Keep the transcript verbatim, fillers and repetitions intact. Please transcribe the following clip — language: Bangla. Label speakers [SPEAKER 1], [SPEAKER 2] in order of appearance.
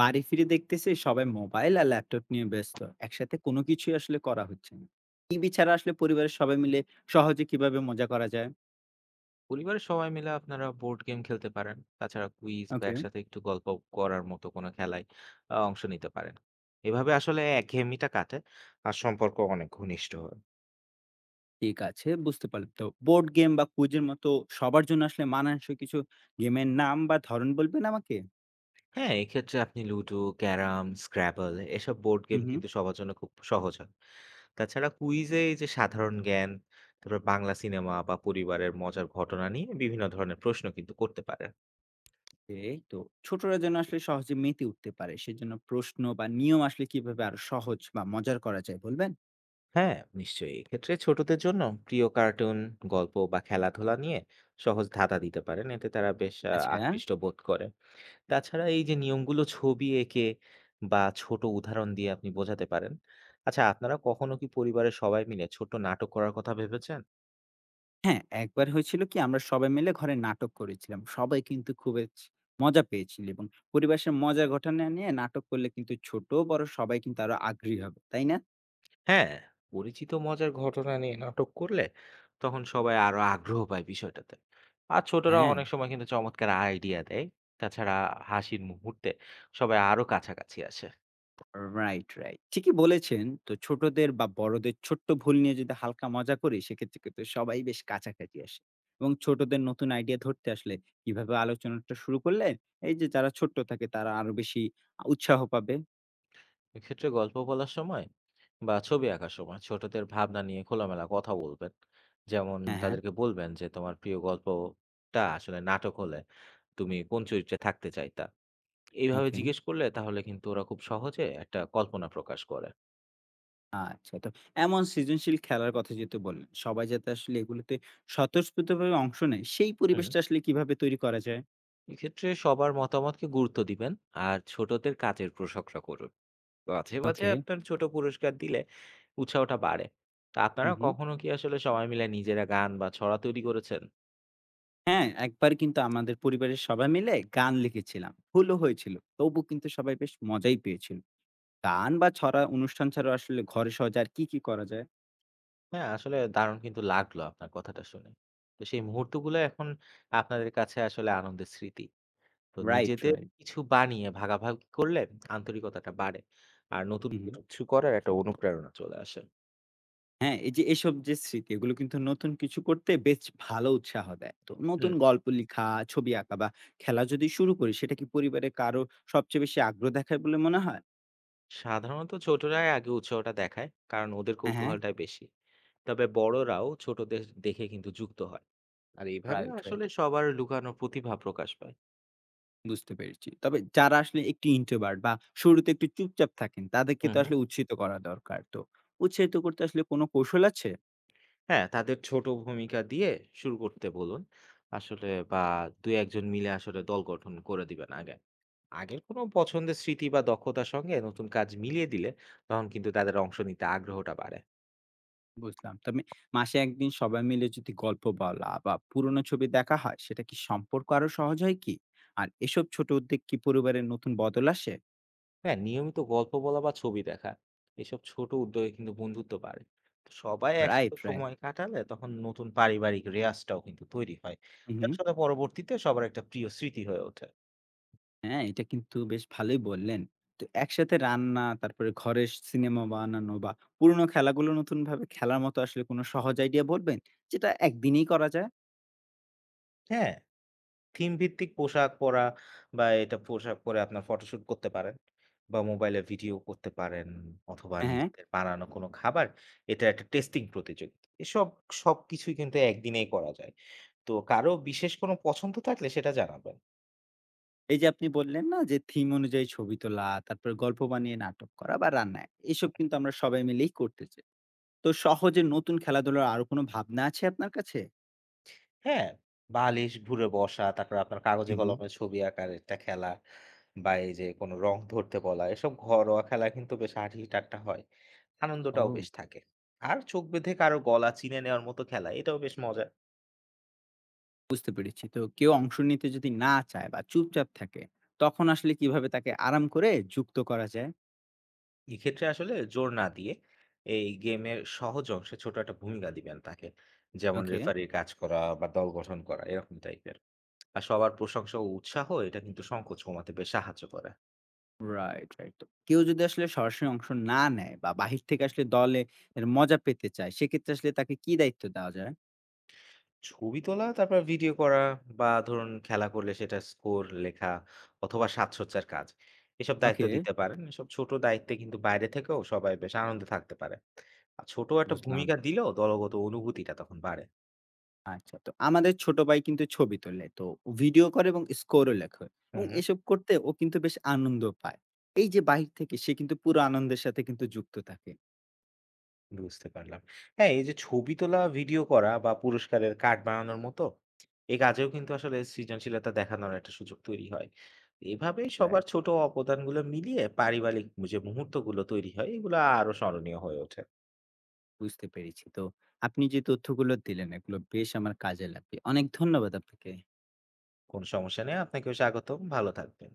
[SPEAKER 1] বাড়ি ফিরে দেখতেছি সবাই মোবাইল আর ল্যাপটপ নিয়ে ব্যস্ত। একসাথে কোনো কিছুই আসলে করা হচ্ছে না। টিভি ছাড়া আসলে পরিবারের সবাই মিলে সহজে কিভাবে মজা করা যায়?
[SPEAKER 2] পরিবারের সবাই মিলে আপনারা বোর্ড গেম খেলতে পারেন। তাছাড়া কুইজ বা
[SPEAKER 1] ওকে।
[SPEAKER 2] একসাথে একটু গল্প করার মতো কোনো খেলায় আহ, অংশ নিতে পারেন। এভাবে আসলে একঘেয়েমিটা কাটে আর সম্পর্ক অনেক ঘনিষ্ঠ হয়।
[SPEAKER 1] ঠিক আছে, বুঝতে পারলাম। তো বোর্ড গেম বা কুইজের মতো সবার জন্য আসলে মানানসই কিছু গেমের নাম বা ধরন বলবেন আমাকে?
[SPEAKER 2] হ্যাঁ, এক্ষেত্রে আপনি লুডো, ক্যারাম, স্ক্র্যাবল এসব বোর্ড
[SPEAKER 1] হুম
[SPEAKER 2] গেম
[SPEAKER 1] হুম।
[SPEAKER 2] কিন্তু সবার জন্য খুব সহজ হয়। তাছাড়া কুইজে এই যে সাধারণ জ্ঞান, তারপর বাংলা সিনেমা বা পরিবারের মজার ঘটনা নিয়ে বিভিন্ন ধরনের প্রশ্ন কিন্তু করতে পারেন।
[SPEAKER 1] এই তো, ছোটরা যেন আসলে সহজে মেতে উঠতে পারে সেজন্য প্রশ্ন বা নিয়ম আসলে কিভাবে আরো সহজ বা মজার করা যায় বলবেন?
[SPEAKER 2] হ্যাঁ, নিশ্চয়ই, এক্ষেত্রে ছোটদের জন্য প্রিয় কার্টুন, গল্প বা খেলাধুলা নিয়ে সহজ ধাঁধা দিতে পারেন। এতে তারা বেশ আহ,
[SPEAKER 1] আচ্ছা।
[SPEAKER 2] আকৃষ্ট বোধ করে। তাছাড়া এই যে নিয়মগুলো ছবি এঁকে বা ছোট উদাহরণ দিয়ে আপনি বোঝাতে পারেন। আচ্ছা, আপনারা কখনো কি পরিবারের সবাই মিলে ছোট নাটক করার কথা ভেবেছেন?
[SPEAKER 1] হ্যাঁ, একবার হয়েছিল কি আমরা সবাই মিলে ঘরে নাটক করেছিলাম। সবাই কিন্তু খুবেচ মজা পেয়েছিল। এবং পরিবেশের মজার ঘটনা নিয়ে নাটক করলে কিন্তু ছোট বড় সবাই কিন্তু আরো আগ্রহী হবে। তাই না?
[SPEAKER 2] হ্যাঁ, পরিচিত মজার ঘটনা নিয়ে নাটক করলে তখন সবাই আরো আগ্রহ পায় বিষয়টাতে। আর ছোটরা
[SPEAKER 1] হ্যাঁ,
[SPEAKER 2] অনেক সময় কিন্তু চমৎকার আইডিয়া দেয়। তাছাড়া হাসির মুহূর্তে সবাই আরো কাছাকাছি আসে।
[SPEAKER 1] Right, right. ঠিকই বলেছেন। তো ছোটদের বা বড়দের ছোট্ট ভুল নিয়ে যদি হালকা মজা করি সেক্ষেত্রে কিন্তু সবাই বেশ কাছাকাছি আসে। এবং ছোটদের নতুন আইডিয়া ধরতে আসলে কিভাবে আলোচনাটা শুরু করলে এই যে যারা ছোট্ট থাকে তারা আরো বেশি আ উৎসাহ পাবে?
[SPEAKER 2] এক্ষেত্রে গল্প বলার সময় বা ছবি আঁকার সময় ছোটদের ভাবনা নিয়ে খোলামেলা কথা বলবেন। যেমন,
[SPEAKER 1] হ্যাঁ, হ্যাঁ।
[SPEAKER 2] তাদেরকে বলবেন যে তোমার প্রিয় গল্পটা আসলে নাটক হলে তুমি কোন চরিত্রে থাকতে চাইতা। এইভাবে
[SPEAKER 1] ওকে।
[SPEAKER 2] জিজ্ঞেস করলে তাহলে কিন্তু ওরা খুব সহজে একটা কল্পনা প্রকাশ করে।
[SPEAKER 1] আচ্ছা। তো এমন সৃজনশীল খেলার কথা যেহেতু বললেন, সবাই যাতে আসলে এগুলোতে স্বতঃস্ফূর্তভাবে অংশ নেয়, সেই
[SPEAKER 2] হুম,
[SPEAKER 1] পরিবেশটা আসলে কিভাবে তৈরি করা যায়?
[SPEAKER 2] এক্ষেত্রে সবার মতামতকে গুরুত্ব দিবেন আর ছোটদের কাজের প্রশংসা করুন। মাঝে মাঝে
[SPEAKER 1] ওকে।
[SPEAKER 2] আপনার ছোট পুরস্কার দিলে উৎসাহটা বাড়ে। তা আপনারা
[SPEAKER 1] হুম, হুম।
[SPEAKER 2] কখনো কি আসলে সবাই মিলে নিজেরা গান বা ছড়া তৈরি করেছেন?
[SPEAKER 1] হ্যাঁ, একবার কিন্তু আমাদের পরিবারের সবাই মিলে গান লিখেছিলাম। ভুলও হয়েছিল। তবু কিন্তু সবাই বেশ মজাই পেয়েছিল। গান বা ছড়া অনুষ্ঠান ছাড়াও আসলে ঘরে সহজে আর কি, কি করা যায়?
[SPEAKER 2] হ্যাঁ, আসলে দারুণ কিন্তু লাগলো আপনার কথাটা শুনে। তো সেই মুহূর্তগুলো এখন আপনাদের কাছে আসলে আনন্দের স্মৃতি। তো
[SPEAKER 1] রাইট,
[SPEAKER 2] নিজেদের
[SPEAKER 1] রাইট।
[SPEAKER 2] কিছু বানিয়ে ভাগাভাগি করলে আন্তরিকতাটা বাড়ে। আর নতুন
[SPEAKER 1] হুম।
[SPEAKER 2] কিছু করার একটা অনুপ্রেরণা চলে আসে।
[SPEAKER 1] হ্যাঁ, এই যে এসব যে স্মৃতি এগুলো কিন্তু নতুন কিছু করতে বেশ ভালো উৎসাহ দেয়। তো
[SPEAKER 2] হুম,
[SPEAKER 1] নতুন গল্প লিখা, ছবি আঁকা বা খেলা যদি শুরু করি সেটা কি পরিবারে কারো সবচেয়ে বেশি আগ্রহ দেখায় বলে মনে হয়?
[SPEAKER 2] সাধারণত ছোটরাই আগে উৎসাহটা দেখায়, কারণ ওদের
[SPEAKER 1] হ্যাঁ, হ্যাঁ।
[SPEAKER 2] কৌতূহলটাই বেশি। তবে বড়রাও ছোটদের দেখে কিন্তু যুক্ত হয়। আর এভাবে
[SPEAKER 1] রাইট, রাইট।
[SPEAKER 2] আসলে সবার লুকানো প্রতিভা প্রকাশ পায়।
[SPEAKER 1] বুঝতে পেরেছি। তবে যারা আসলে একটু introvert বা শুরুতে একটু চুপচাপ থাকেন তাদেরকে
[SPEAKER 2] হু,
[SPEAKER 1] তো
[SPEAKER 2] হু।
[SPEAKER 1] আসলে উৎসাহিত করা দরকার। তো উৎসাহিত করতে আসলে কোনো কৌশল আছে?
[SPEAKER 2] হ্যাঁ, তাদের ছোট ভূমিকা দিয়ে শুরু করতে বলুন। আসলে বা দুই এক জন মিলে আসলে দল গঠন করে দিবেন আগে। আগের কোনো পছন্দের স্মৃতি বা দক্ষতার সঙ্গে নতুন কাজ মিলিয়ে দিলে তখন কিন্তু তাদের অংশ নিতে আগ্রহটা বাড়ে।
[SPEAKER 1] বুঝলাম। তবে মাসে এক দিন সবাই মিলে যদি গল্প বলা বা পুরনো ছবি দেখা হয়, সেটা কি সম্পর্ক আরো সহজ হয় কি? আর এসব ছোট উদ্যোগ কি পরিবারের নতুন বদল আসে?
[SPEAKER 2] হ্যাঁ, নিয়মিত গল্প বলা বা ছবি দেখা, এসব ছোট উদ্যোগে কিন্তু বন্ধুত্ব বাড়ে। তো সবাই একসাথে
[SPEAKER 1] রাইট, রাইট।
[SPEAKER 2] সময় কাটালে তখন নতুন পারিবারিক রেওয়াজটাও কিন্তু তৈরি হয়।
[SPEAKER 1] হুম,
[SPEAKER 2] এটা
[SPEAKER 1] হুম।
[SPEAKER 2] আসলে পরবর্তীতে সবার একটা প্রিয় স্মৃতি হয়ে ওঠে।
[SPEAKER 1] হ্যাঁ, এটা কিন্তু বেশ ভালোই বললেন। তো একসাথে রান্না, তারপরে ঘরের সিনেমা বানানো বা পুরনো খেলাগুলো নতুনভাবে খেলার মতো আসলে কোনো সহজ আইডিয়া বলবেন? যেটা একদিনেই করা যায়?
[SPEAKER 2] হ্যাঁ। থিম ভিত্তিক পোশাক পরা বা এটা পোশাক পরে আপনার ফটোশুট করতে পারেন, বা মোবাইলে ভিডিও করতে পারেন, অথবা হুম।
[SPEAKER 1] হ্যাঁ,
[SPEAKER 2] নিজেদের বানানো কোনো খাবার, এটার একটা টেস্টিং প্রতিযোগিতা। এসব সবকিছুই কিন্তু একদিনেই করা যায়। তো কারো বিশেষ কোনো পছন্দ থাকলে সেটা জানাবেন।
[SPEAKER 1] এই যে আপনি বললেন না যে থিম অনুযায়ী ছবি তোলা, তারপরে গল্প বানিয়ে নাটক করা বা রান্না, এসব কিন্তু আমরা সবাই মিলেই করতে চাই। তো সহজে নতুন খেলাধুলার আরো কোনো ভাবনা আছে আপনার কাছে?
[SPEAKER 2] হ্যাঁ? বালিশ ঘুরে বসা, তারপরে আপনার কাগজে
[SPEAKER 1] হু, হু।
[SPEAKER 2] কলমে ছবি আঁকার একটা খেলা, বা এই যে কোনো রং ধরতে বলা, এসব ঘরোয়া খেলা কিন্তু বেশ হাসি-ঠাট্টা হয়। আনন্দটাও
[SPEAKER 1] ও,
[SPEAKER 2] বেশ থাকে। আর চোখ বেঁধে কারো গলা চিনে নেওয়ার মতো খেলা, এটাও বেশ মজার।
[SPEAKER 1] বুঝতে পেরেছি। তো কেউ অংশ নিতে যদি না চায় বা চুপচাপ থাকে, তখন আসলে কিভাবে তাকে আরাম করে যুক্ত করা যায়?
[SPEAKER 2] এক্ষেত্রে আসলে জোর না দিয়ে এই গেমের সহজ অংশে ছোট একটা ভূমিকা দিবেন তাকে, যেমন
[SPEAKER 1] ওকে।
[SPEAKER 2] রেফারির কাজ করা বা দল গঠন করা এরকম টাইপের। আর সবার প্রশংসা ও উৎসাহ, এটা কিন্তু সংকোচ কমাতে বেশ সাহায্য করে।
[SPEAKER 1] Right, right. তো কেউ যদি আসলে সরাসরি অংশ না নেয় বা বাহির থেকে আসলে দলে এর মজা পেতে চায়, সেক্ষেত্রে আসলে তাকে কি দায়িত্ব দেওয়া যায়?
[SPEAKER 2] ছবি তোলা, তারপর ভিডিও করা, বা ধরুন খেলা করলে সেটা স্কোর লেখা, অথবা সাজসজ্জার কাজ, এসব দায়িত্ব
[SPEAKER 1] ওকে,
[SPEAKER 2] দিতে পারেন। এসব ছোট দায়িত্বে কিন্তু বাইরে থেকেও সবাই বেশ আনন্দে থাকতে পারে। আর ছোট একটা
[SPEAKER 1] বুঝলাম।
[SPEAKER 2] ভূমিকা দিলেও দলগত অনুভূতিটা তখন বাড়ে।
[SPEAKER 1] আচ্ছা, তো আমাদের ছোট ভাই কিন্তু ছবি তোলে। তো ভিডিও করে এবং স্কোরও লেখে
[SPEAKER 2] হুম,
[SPEAKER 1] এবং
[SPEAKER 2] হুম।
[SPEAKER 1] এসব করতে ও কিন্তু বেশ আনন্দ পায়। এই যে বাহির থেকে সে কিন্তু পুরো আনন্দের সাথে কিন্তু যুক্ত থাকে।
[SPEAKER 2] বুঝতে পারলাম। হ্যাঁ, এই যে ছবি তোলা, ভিডিও করা বা পুরস্কারের কার্ড বানানোর মতো এই কাজেও কিন্তু আসলে সৃজনশীলতা দেখানোর একটা সুযোগ তৈরি হয়। এভাবে সবার
[SPEAKER 1] রাইট,
[SPEAKER 2] ছোট অবদানগুলো মিলিয়ে পারিবারিক যে মুহূর্তগুলো তৈরি হয়, এগুলো আরো স্মরণীয় হয়ে ওঠে।
[SPEAKER 1] বুঝতে পেরেছি। তো আপনি যে তথ্যগুলো দিলেন এগুলো বেশ আমার কাজে লাগবে। অনেক ধন্যবাদ আপনাকে।
[SPEAKER 2] কোনো সমস্যা নেই, আপনাকেও স্বাগতম। ভালো থাকবেন।